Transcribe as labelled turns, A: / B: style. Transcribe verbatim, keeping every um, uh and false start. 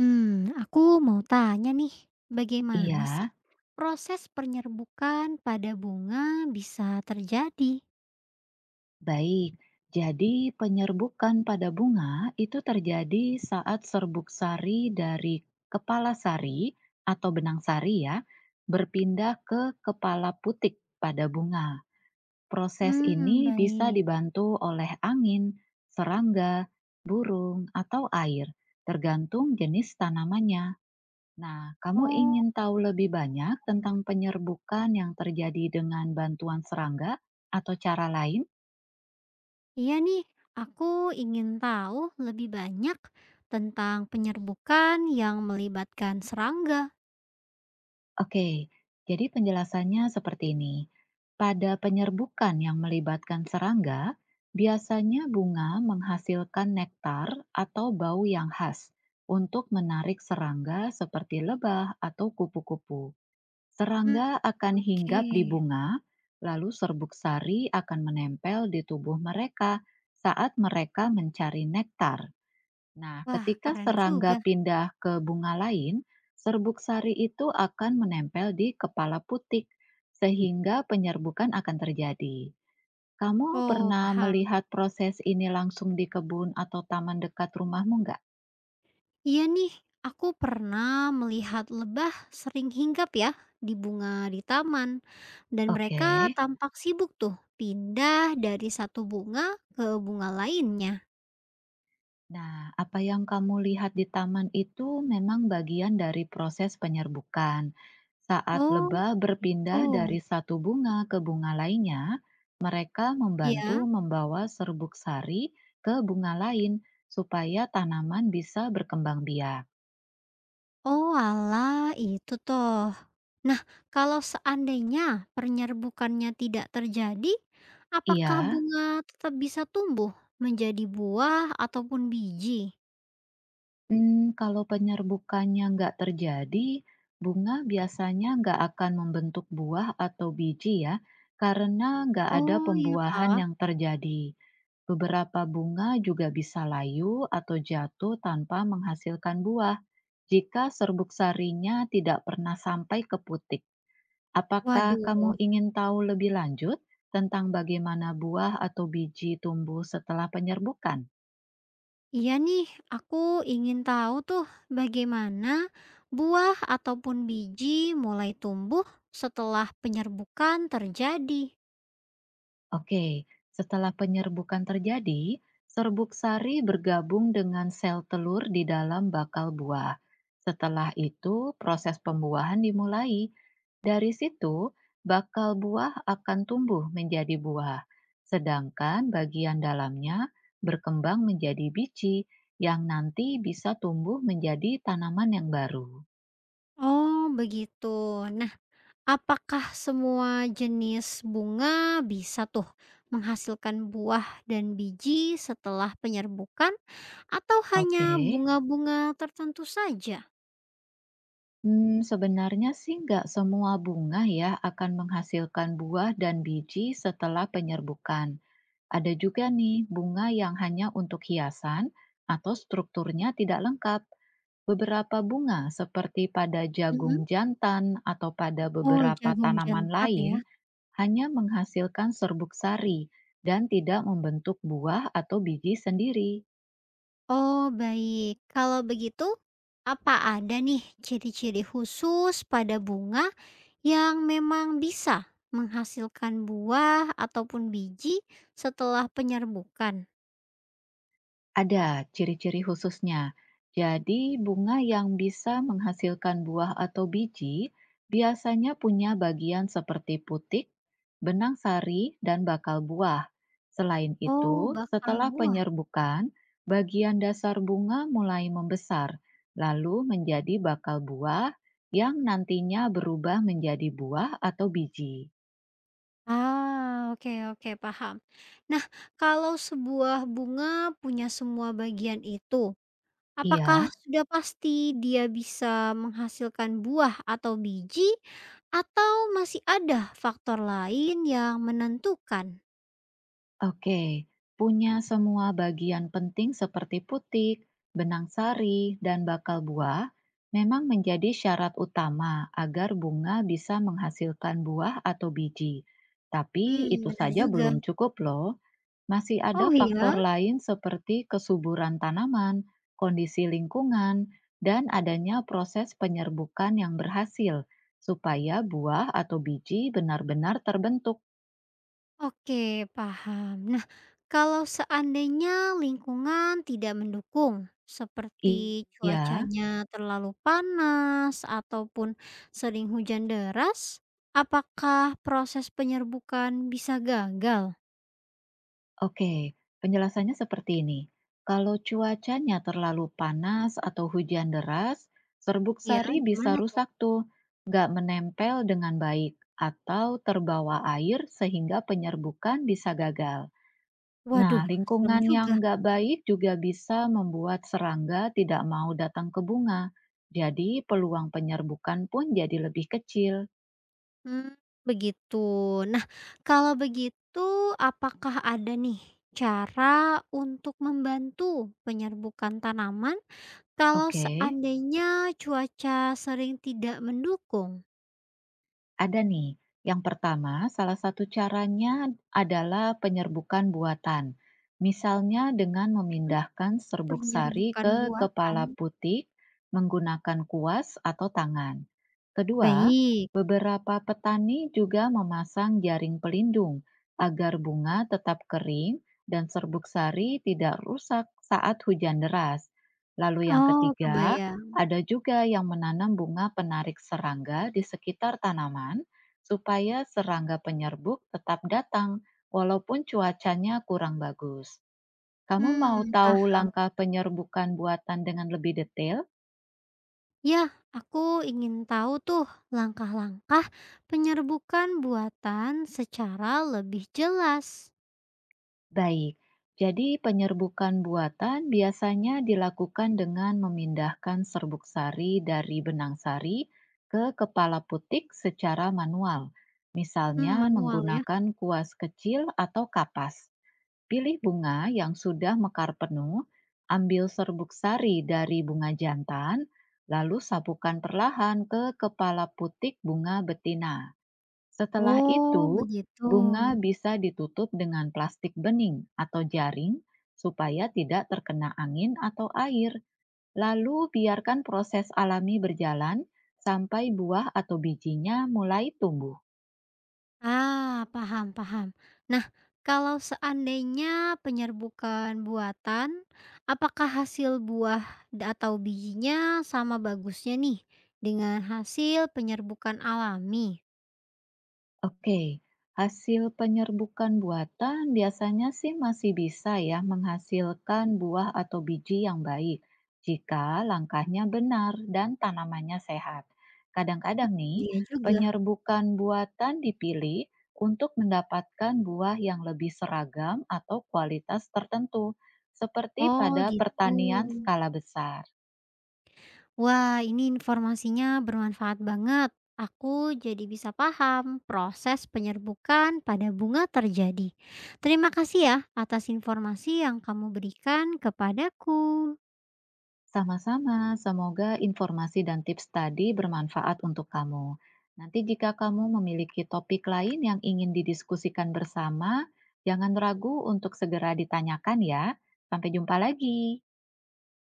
A: Hmm, aku mau tanya nih, bagaimana sih
B: Iya,
A: proses penyerbukan pada bunga bisa terjadi?
B: baik. Jadi penyerbukan pada bunga itu terjadi saat serbuk sari dari kepala sari atau benang sari ya, berpindah ke kepala putik pada bunga. Proses ini
A: Hmm,
B: bisa
A: baik.
B: dibantu oleh angin, serangga, burung, atau air, tergantung jenis tanamannya. Nah, kamu
A: Oh,
B: ingin tahu lebih banyak tentang penyerbukan yang terjadi dengan bantuan serangga atau cara lain?
A: iya nih, aku ingin tahu lebih banyak tentang penyerbukan yang melibatkan serangga.
B: Oke, jadi penjelasannya seperti ini. Pada penyerbukan yang melibatkan serangga, biasanya bunga menghasilkan nektar atau bau yang khas untuk menarik serangga seperti lebah atau kupu-kupu.
A: Hmm,
B: Serangga akan
A: oke.
B: hinggap di bunga, lalu serbuk sari akan menempel di tubuh mereka saat mereka mencari nektar. Nah,
A: Wah,
B: ketika
A: keren
B: serangga
A: juga.
B: pindah ke bunga lain, serbuk sari itu akan menempel di kepala putik, sehingga penyerbukan akan terjadi. Kamu
A: Oh,
B: pernah
A: paham.
B: melihat proses ini langsung di kebun atau taman dekat rumahmu nggak?
A: Iya nih, aku pernah melihat lebah sering hinggap ya di bunga di taman, dan
B: Oke.
A: mereka tampak sibuk tuh pindah dari satu bunga ke bunga lainnya.
B: Nah, apa yang kamu lihat di taman itu memang bagian dari proses penyerbukan. Saat
A: Oh,
B: lebah berpindah
A: itu
B: dari satu bunga ke bunga lainnya, mereka membantu
A: ya.
B: membawa serbuk sari ke bunga lain supaya tanaman bisa berkembang biak.
A: Oh, alah, itu toh. Nah, kalau seandainya penyerbukannya tidak terjadi, apakah
B: Iya.
A: bunga tetap bisa tumbuh menjadi buah ataupun biji?
B: Mmm, kalau penyerbukannya nggak terjadi, bunga biasanya nggak akan membentuk buah atau biji ya, karena nggak ada
A: Oh, iya
B: pembuahan
A: kak?
B: yang terjadi. Beberapa bunga juga bisa layu atau jatuh tanpa menghasilkan buah jika serbuk sarinya tidak pernah sampai ke putik. Apakah
A: Waduh.
B: kamu ingin tahu lebih lanjut tentang bagaimana buah atau biji tumbuh setelah penyerbukan?
A: Iya nih, aku ingin tahu tuh bagaimana buah ataupun biji mulai tumbuh setelah penyerbukan terjadi.
B: Oke, setelah penyerbukan terjadi, serbuk sari bergabung dengan sel telur di dalam bakal buah. Setelah itu, proses pembuahan dimulai. Dari situ, bakal buah akan tumbuh menjadi buah, sedangkan bagian dalamnya berkembang menjadi biji yang nanti bisa tumbuh menjadi tanaman yang baru.
A: Oh, begitu. Nah, apakah semua jenis bunga bisa tuh menghasilkan buah dan biji setelah penyerbukan atau
B: Oke.
A: hanya bunga-bunga tertentu saja?
B: Mmm, sebenarnya sih nggak semua bunga ya akan menghasilkan buah dan biji setelah penyerbukan. Ada juga nih bunga yang hanya untuk hiasan atau strukturnya tidak lengkap. Beberapa bunga seperti pada jagung
A: Mhm.
B: jantan atau pada
A: Oh,
B: beberapa
A: jagung
B: tanaman
A: jantan
B: lain
A: ya.
B: hanya menghasilkan serbuk sari dan tidak membentuk buah atau biji sendiri.
A: Oh, baik. Kalau begitu, apa ada nih ciri-ciri khusus pada bunga yang memang bisa menghasilkan buah ataupun biji setelah penyerbukan?
B: Ada ciri-ciri khususnya. Jadi, bunga yang bisa menghasilkan buah atau biji biasanya punya bagian seperti putik, benang sari, dan bakal buah. Selain itu,
A: Oh, bakal
B: setelah
A: buah.
B: penyerbukan, bagian dasar bunga mulai membesar, lalu menjadi bakal buah yang nantinya berubah menjadi buah atau biji.
A: Ah, oke oke, paham. Nah, kalau sebuah bunga punya semua bagian itu, apakah
B: Iya.
A: sudah pasti dia bisa menghasilkan buah atau biji, atau masih ada faktor lain yang menentukan?
B: Oke, punya semua bagian penting seperti putik, benang sari, dan bakal buah memang menjadi syarat utama agar bunga bisa menghasilkan buah atau biji. Tapi
A: Hmm,
B: itu
A: benar
B: saja
A: juga.
B: belum cukup loh. Masih ada
A: Oh
B: faktor
A: iya?
B: lain seperti kesuburan tanaman, kondisi lingkungan, dan adanya proses penyerbukan yang berhasil supaya buah atau biji benar-benar terbentuk.
A: Oke, paham. Nah, kalau seandainya lingkungan tidak mendukung, seperti
B: Iya.
A: cuacanya terlalu panas ataupun sering hujan deras, apakah proses penyerbukan bisa gagal?
B: Oke, penjelasannya seperti ini. Kalau cuacanya terlalu panas atau hujan deras, serbuk
A: Ya,
B: sari bisa
A: gimana tuh?
B: rusak tuh, nggak menempel dengan baik, atau terbawa air sehingga penyerbukan bisa gagal. Nah,
A: Waduh, serem
B: lingkungan yang
A: juga.
B: nggak baik juga bisa membuat serangga tidak mau datang ke bunga. Jadi, peluang penyerbukan pun jadi lebih kecil.
A: Mmm, begitu. Nah, kalau begitu apakah ada nih cara untuk membantu penyerbukan tanaman kalau
B: Oke.
A: seandainya cuaca sering tidak mendukung
B: Ada nih. Yang pertama, salah satu caranya adalah penyerbukan buatan. Misalnya dengan
A: untuk
B: memindahkan serbuk sari
A: penyerbukan
B: ke
A: buatan?
B: kepala putik menggunakan kuas atau tangan. Kedua,
A: Baik.
B: beberapa petani juga memasang jaring pelindung agar bunga tetap kering dan serbuk sari tidak rusak saat hujan deras. Lalu yang
A: Oh,
B: ketiga,
A: kebayang.
B: ada juga yang menanam bunga penarik serangga di sekitar tanaman supaya serangga penyerbuk tetap datang walaupun cuacanya kurang bagus. Kamu mau
A: Hmm. Ah,
B: tahu langkah penyerbukan buatan dengan lebih detail?
A: ya, aku ingin tahu tuh langkah-langkah penyerbukan buatan secara lebih jelas.
B: Baik. Jadi penyerbukan buatan biasanya dilakukan dengan memindahkan serbuk sari dari benang sari ke kepala putik secara manual, misalnya
A: Hmm, manual ya.
B: menggunakan kuas kecil atau kapas. Pilih bunga yang sudah mekar penuh, ambil serbuk sari dari bunga jantan, lalu sapukan perlahan ke kepala putik bunga betina. Setelah
A: Oh,
B: itu,
A: begitu.
B: bunga bisa ditutup dengan plastik bening atau jaring supaya tidak terkena angin atau air. Lalu biarkan proses alami berjalan sampai buah atau bijinya mulai tumbuh.
A: Ah, paham paham. Nah, kalau seandainya penyerbukan buatan, apakah hasil buah da- atau bijinya sama bagusnya nih dengan hasil penyerbukan alami?
B: Oke, hasil penyerbukan buatan biasanya sih masih bisa ya menghasilkan buah atau biji yang baik jika langkahnya benar dan tanamannya sehat. Kadang-kadang nih,
A: Iya juga.
B: penyerbukan buatan dipilih untuk mendapatkan buah yang lebih seragam atau kualitas tertentu, seperti
A: Oh,
B: pada
A: gitu.
B: pertanian skala besar.
A: Wah, ini informasinya bermanfaat banget. Aku jadi bisa paham proses penyerbukan pada bunga terjadi. Terima kasih ya atas informasi yang kamu berikan kepadaku.
B: Sama-sama, semoga informasi dan tips tadi bermanfaat untuk kamu. Nanti jika kamu memiliki topik lain yang ingin didiskusikan bersama, jangan ragu untuk segera ditanyakan ya. Sampai jumpa lagi.